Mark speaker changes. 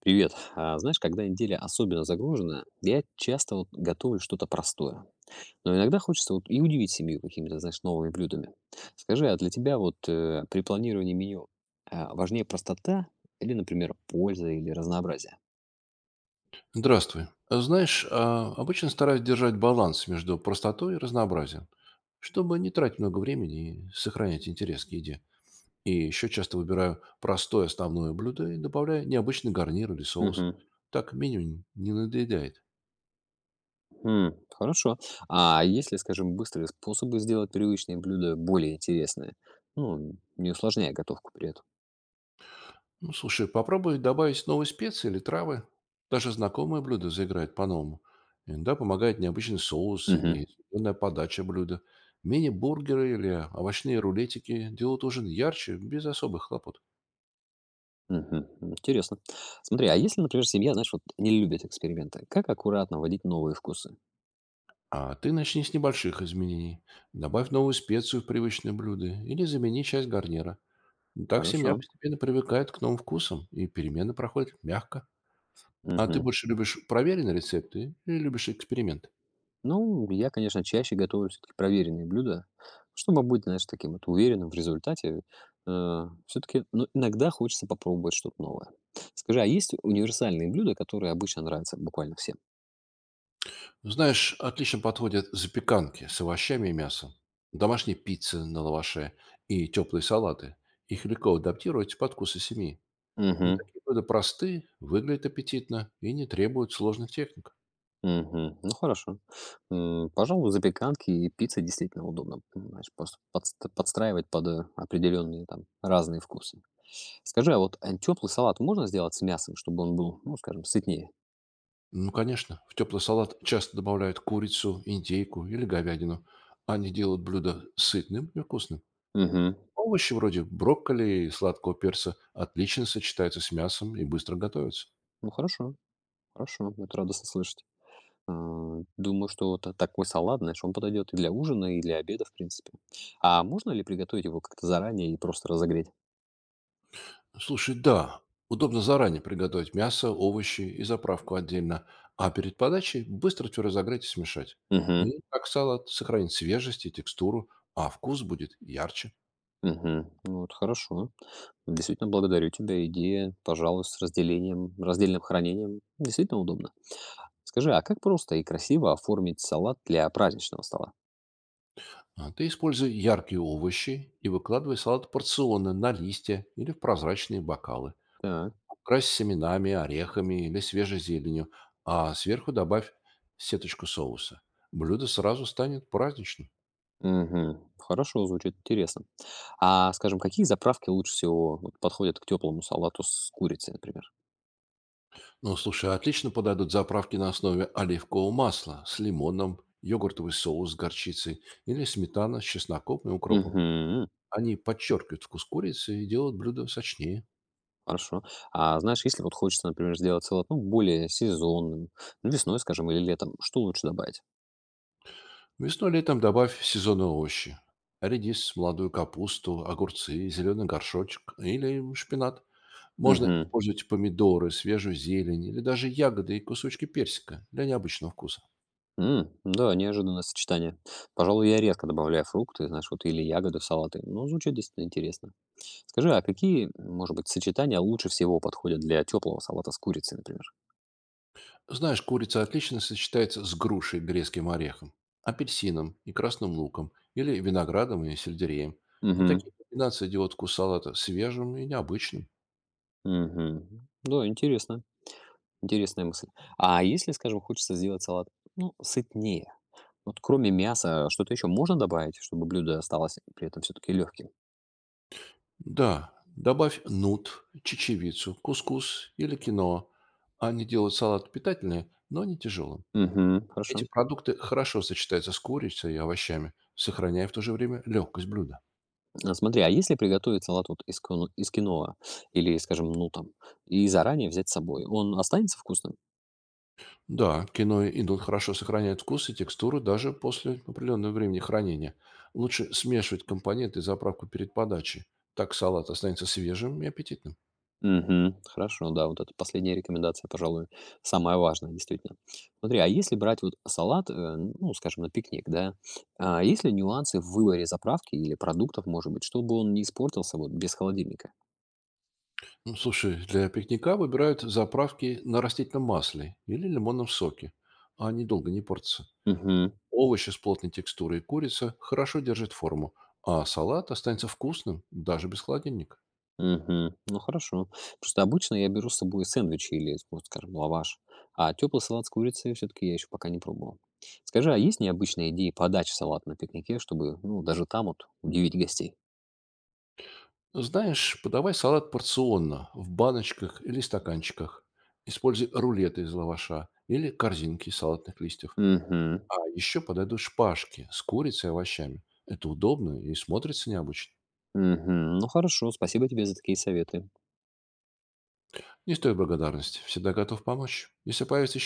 Speaker 1: Привет. А, знаешь, когда неделя особенно загружена, я часто вот готовлю что-то простое. Но иногда хочется вот и удивить семью какими-то, знаешь, новыми блюдами. Скажи, а для тебя вот при планировании меню а, важнее простота или, например, польза или разнообразие?
Speaker 2: Здравствуй. А знаешь, обычно стараюсь держать баланс между простотой и разнообразием, чтобы не тратить много времени и сохранять интерес к еде. И еще часто выбираю простое основное блюдо и добавляю необычный гарнир или соус.
Speaker 1: Мгм.
Speaker 2: Так меню не надоедает.
Speaker 1: М, хорошо. А если, скажем, быстрые способы сделать привычные блюда более интересные, ну, не усложняя готовку при
Speaker 2: Ну, слушай, попробуй добавить новые специи или травы. Даже знакомое блюдо заиграет по-новому. Иногда помогает необычный соус
Speaker 1: этом?
Speaker 2: или изумленная подача блюда. Мини-бургеры или овощные рулетики делают ужин ярче, без особых хлопот.
Speaker 1: Мгм. Интересно. Смотри, а если, например, семья, знаешь, вот не любит эксперименты, как аккуратно вводить новые вкусы?
Speaker 2: А ты начни с небольших изменений. Добавь новую специю в привычное блюдо или замени часть гарнира. Так семья
Speaker 1: Хорошо.
Speaker 2: постепенно привыкает к новым вкусам, и перемены проходят мягко. А ты
Speaker 1: Мгм.
Speaker 2: больше любишь проверенные рецепты или любишь эксперименты?
Speaker 1: Ну, я, конечно, чаще готовлю все-таки проверенные блюда, чтобы быть, знаешь, таким вот уверенным в результате. Все-таки, ну, иногда хочется попробовать что-то новое. Скажи, а есть универсальные блюда, которые обычно нравятся буквально всем?
Speaker 2: Знаешь, отлично подходят запеканки с овощами и мясом, домашние пиццы на лаваше и теплые салаты. Их легко адаптировать под вкусы семьи. Ну,
Speaker 1: Мгм.
Speaker 2: такие блюда просты, выглядят аппетитно и не требуют сложных техник.
Speaker 1: Мгм. Ну, хорошо. М, пожалуй, запеканки и пицца действительно удобно, понимаешь, просто подстраивать под, определенные там разные вкусы. Скажи, а вот, теплый салат можно сделать с мясом, чтобы он был, ну, скажем, сытнее?
Speaker 2: Ну, конечно, в теплый салат часто добавляют курицу, индейку или говядину. Они делают блюдо сытным и вкусным.
Speaker 1: Мгм.
Speaker 2: Овощи вроде брокколи и сладкого перца отлично сочетаются с мясом и быстро готовятся.
Speaker 1: Ну, хорошо, хорошо, это радостно слышать. А, думаю, что вот та такой салат, знаешь, он подойдет и для ужина, и для обеда, в принципе. А можно ли приготовить его как-то заранее и просто разогреть?
Speaker 2: Слушай, да, удобно заранее приготовить мясо, овощи и заправку отдельно, а перед подачей быстро все разогреть и смешать.
Speaker 1: Угу.
Speaker 2: И так салат сохранит свежесть и текстуру, а вкус будет ярче.
Speaker 1: Угу. Ну, вот хорошо. Действительно благодарю тебя. Идея, пожалуй, с разделением, раздельным хранением действительно удобно. Скажи, а как просто и красиво оформить салат для праздничного стола?
Speaker 2: А ты используй яркие овощи и выкладывай салат порционно на листья или в прозрачные бокалы.
Speaker 1: Так.
Speaker 2: Крась семенами, орехами или свежей зеленью, а сверху добавь сеточку соуса. Блюдо сразу станет праздничным.
Speaker 1: Мгм. Хорошо, звучит интересно. А, скажем, какие заправки лучше всего вот подходят к теплому салату с курицей, например?
Speaker 2: Ну, слушай, отлично подойдут заправки на основе оливкового масла с лимоном, йогуртовый соус с горчицей или сметана с чесноком и укропом.
Speaker 1: Мгм.
Speaker 2: Они подчеркивают вкус курицы и делают блюдо сочнее.
Speaker 1: Хорошо. А знаешь, если вот хочется, например, сделать салат, ну, более сезонным, ну, весной, скажем, или летом, что лучше добавить?
Speaker 2: Весной-летом добавь сезонные овощи. Редис, молодую капусту, огурцы, зеленый горшочек или шпинат. Можно
Speaker 1: Мгм.
Speaker 2: использовать помидоры, свежую зелень или даже ягоды и кусочки персика для необычного вкуса.
Speaker 1: М, да, неожиданное сочетание. Пожалуй, я редко добавляю фрукты, знаешь, вот или ягоды в салаты. Ну, звучит действительно интересно. Скажи, а какие, может быть, сочетания лучше всего подходят для теплого салата с курицей, например?
Speaker 2: Знаешь, курица отлично сочетается с грушей, грецким орехом, апельсином и красным луком или виноградом и сельдереем. И
Speaker 1: Угу,
Speaker 2: такие комбинации делают вкус салата свежим и необычным.
Speaker 1: угу. Да, интересно. Интересная мысль. А если, скажем, хочется сделать салат, ну, сытнее? Вот кроме мяса, что-то еще можно добавить, чтобы блюдо осталось при этом все-таки легким?
Speaker 2: Да, добавь нут, чечевицу, кускус или киноа. Они делают салат питательнее, но не тяжелым.
Speaker 1: Угу, хорошо.
Speaker 2: Эти продукты хорошо сочетаются с курицей и овощами, сохраняя в то же время легкость блюда.
Speaker 1: А, смотри, а если приготовить салат вот из из киноа или, скажем, ну там, и заранее взять с собой, он останется вкусным?
Speaker 2: Да, киноа и нут хорошо сохраняют вкус и текстуру даже после определенного времени хранения. Лучше смешивать компоненты и заправку перед подачей. Так салат останется свежим и аппетитным.
Speaker 1: Мгм. Хорошо, да, вот это последняя рекомендация, пожалуй, самая важная, действительно. Смотри, а если брать вот салат, ну, скажем, на пикник, да, а есть ли нюансы в выборе заправки или продуктов, может быть, чтобы он не испортился вот без холодильника?
Speaker 2: Ну, слушай, для пикника выбирают заправки на растительном масле или лимонном соке. Они долго не портятся.
Speaker 1: Мгм.
Speaker 2: Овощи с плотной текстурой и курица хорошо держат форму, а салат останется вкусным даже без холодильника.
Speaker 1: Мгм. Ну, хорошо. Просто обычно я беру с собой сэндвичи или, вот скажем, лаваш, а теплый салат с курицей все-таки я еще пока не пробовал. Скажи, а есть необычные идеи подачи салата на пикнике, чтобы, ну, даже там вот удивить гостей?
Speaker 2: Знаешь, подавай салат порционно, в баночках или стаканчиках. Используй рулеты из лаваша или корзинки из салатных листьев.
Speaker 1: Угу.
Speaker 2: А еще подойдут шпажки с курицей и овощами. Это удобно и смотрится необычно.
Speaker 1: Угу. Ну, хорошо, спасибо тебе за такие советы.
Speaker 2: Не стоит благодарности. Всегда готов помочь. Если появятся